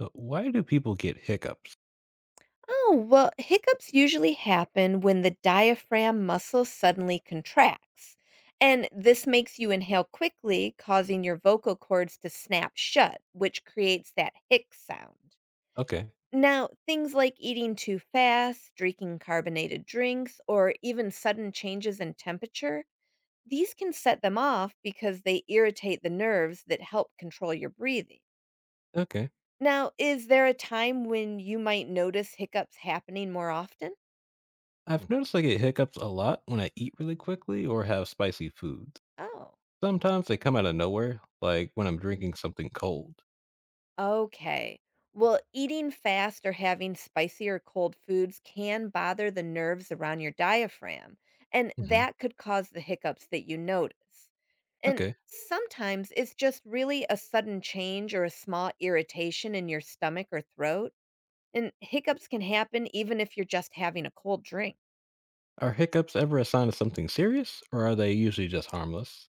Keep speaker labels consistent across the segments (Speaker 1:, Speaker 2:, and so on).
Speaker 1: But why do people get hiccups?
Speaker 2: Oh, well, hiccups usually happen when the diaphragm muscle suddenly contracts. And this makes you inhale quickly, causing your vocal cords to snap shut, which creates that hic sound.
Speaker 1: Okay,
Speaker 2: Now, things like eating too fast, drinking carbonated drinks, or even sudden changes in temperature, these can set them off because they irritate the nerves that help control your breathing.
Speaker 1: okay.
Speaker 2: Now, is there a time when you might notice hiccups happening more often?
Speaker 1: I've noticed I get hiccups a lot when I eat really quickly or have spicy foods.
Speaker 2: Oh.
Speaker 1: Sometimes they come out of nowhere, like when I'm drinking something cold.
Speaker 2: Okay. Well, eating fast or having spicy or cold foods can bother the nerves around your diaphragm, and
Speaker 1: Hmm.
Speaker 2: that could cause the hiccups that you notice. And
Speaker 1: Okay.
Speaker 2: sometimes it's just really a sudden change or a small irritation in your stomach or throat, and hiccups can happen even if you're just having a cold drink.
Speaker 1: Are hiccups ever a sign of something serious, or are they usually just harmless?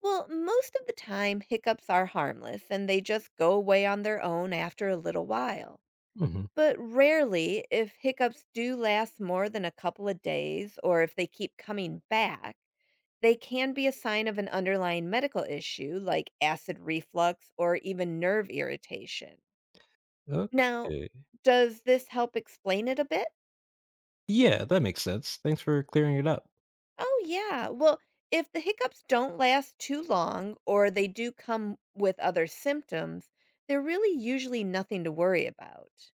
Speaker 2: Well, most of the time, hiccups are harmless and they just go away on their own after a little while.
Speaker 1: Hmm.
Speaker 2: But rarely, if hiccups do last more than a couple of days or if they keep coming back, they can be a sign of an underlying medical issue like acid reflux or even nerve irritation. Now,
Speaker 1: Okay.
Speaker 2: does this help explain it a bit?
Speaker 1: Yeah, that makes sense. Thanks for clearing it up.
Speaker 2: Oh, yeah. Well, if the hiccups don't last too long or they do come with other symptoms, they're really usually nothing to worry about.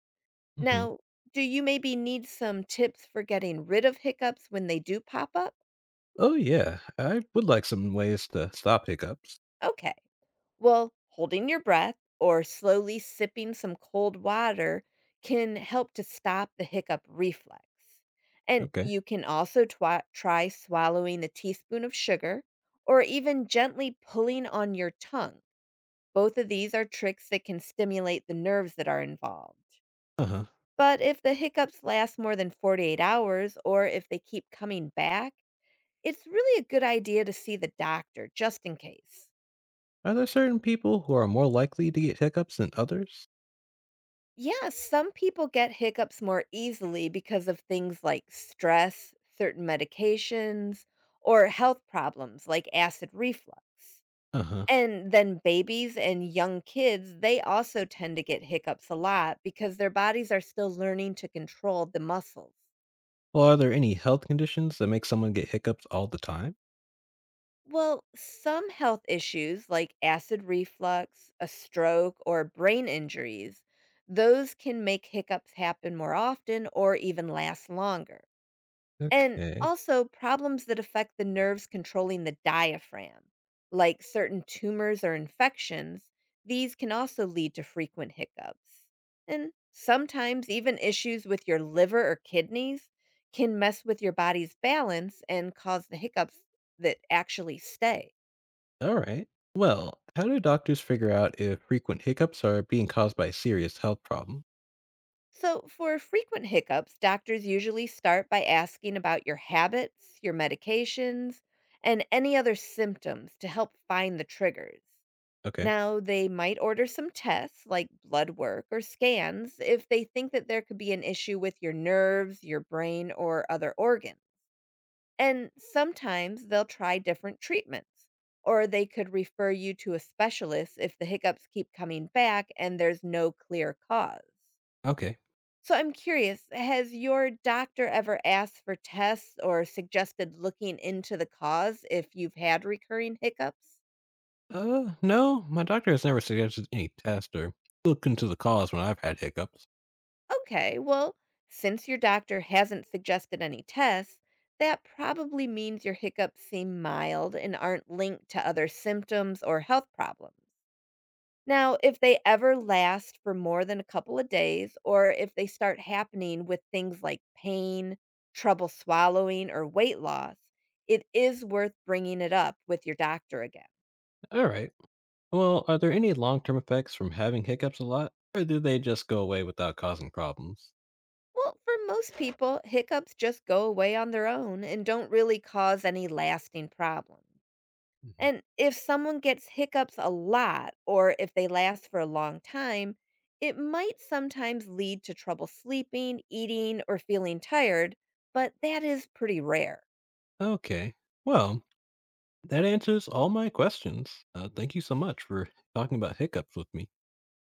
Speaker 1: Hmm.
Speaker 2: Now, do you maybe need some tips for getting rid of hiccups when they do pop up?
Speaker 1: Oh, yeah. I would like some ways to stop hiccups.
Speaker 2: Okay. Well, holding your breath or slowly sipping some cold water can help to stop the hiccup reflex. And
Speaker 1: Okay.
Speaker 2: you can also try swallowing a teaspoon of sugar or even gently pulling on your tongue. Both of these are tricks that can stimulate the nerves that are involved.
Speaker 1: Uh huh.
Speaker 2: But if the hiccups last more than 48 hours or if they keep coming back, it's really a good idea to see the doctor just in case.
Speaker 1: Are there certain people who are more likely to get hiccups than others?
Speaker 2: Yeah, some people get hiccups more easily because of things like stress, certain medications, or health problems like acid reflux.
Speaker 1: Uh huh.
Speaker 2: And then babies and young kids, they also tend to get hiccups a lot because their bodies are still learning to control the muscles.
Speaker 1: Well, are there any health conditions that make someone get hiccups all the time?
Speaker 2: Well, some health issues like acid reflux, a stroke, or brain injuries, those can make hiccups happen more often or even last longer. And
Speaker 1: Okay.
Speaker 2: also problems that affect the nerves controlling the diaphragm, like certain tumors or infections, these can also lead to frequent hiccups. And sometimes even issues with your liver or kidneys can mess with your body's balance and cause the hiccups that actually stay.
Speaker 1: All right. Well, how do doctors figure out if frequent hiccups are being caused by a serious health problem?
Speaker 2: So, for frequent hiccups, doctors usually start by asking about your habits, your medications, and any other symptoms to help find the triggers.
Speaker 1: Okay.
Speaker 2: Now, they might order some tests like blood work or scans if they think that there could be an issue with your nerves, your brain, or other organs. And sometimes they'll try different treatments, or they could refer you to a specialist if the hiccups keep coming back and there's no clear cause.
Speaker 1: Okay.
Speaker 2: So I'm curious, has your doctor ever asked for tests or suggested looking into the cause if you've had recurring hiccups?
Speaker 1: No, my doctor has never suggested any test or look into the cause when I've had hiccups.
Speaker 2: Okay, well, since your doctor hasn't suggested any tests, that probably means your hiccups seem mild and aren't linked to other symptoms or health problems. Now, if they ever last for more than a couple of days, or if they start happening with things like pain, trouble swallowing, or weight loss, it is worth bringing it up with your doctor again.
Speaker 1: All right. Well, are there any long term effects from having hiccups a lot, or do they just go away without causing problems?
Speaker 2: Well, for most people, hiccups just go away on their own and don't really cause any lasting problems.
Speaker 1: Hmm.
Speaker 2: And if someone gets hiccups a lot or if they last for a long time, it might sometimes lead to trouble sleeping, eating, or feeling tired, but that is pretty rare.
Speaker 1: Okay. Well, that answers all my questions. Thank you so much for talking about hiccups with me.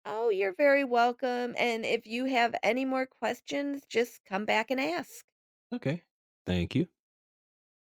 Speaker 2: Oh, you're very welcome. And if you have any more questions, just come back and ask.
Speaker 1: Okay. Thank you.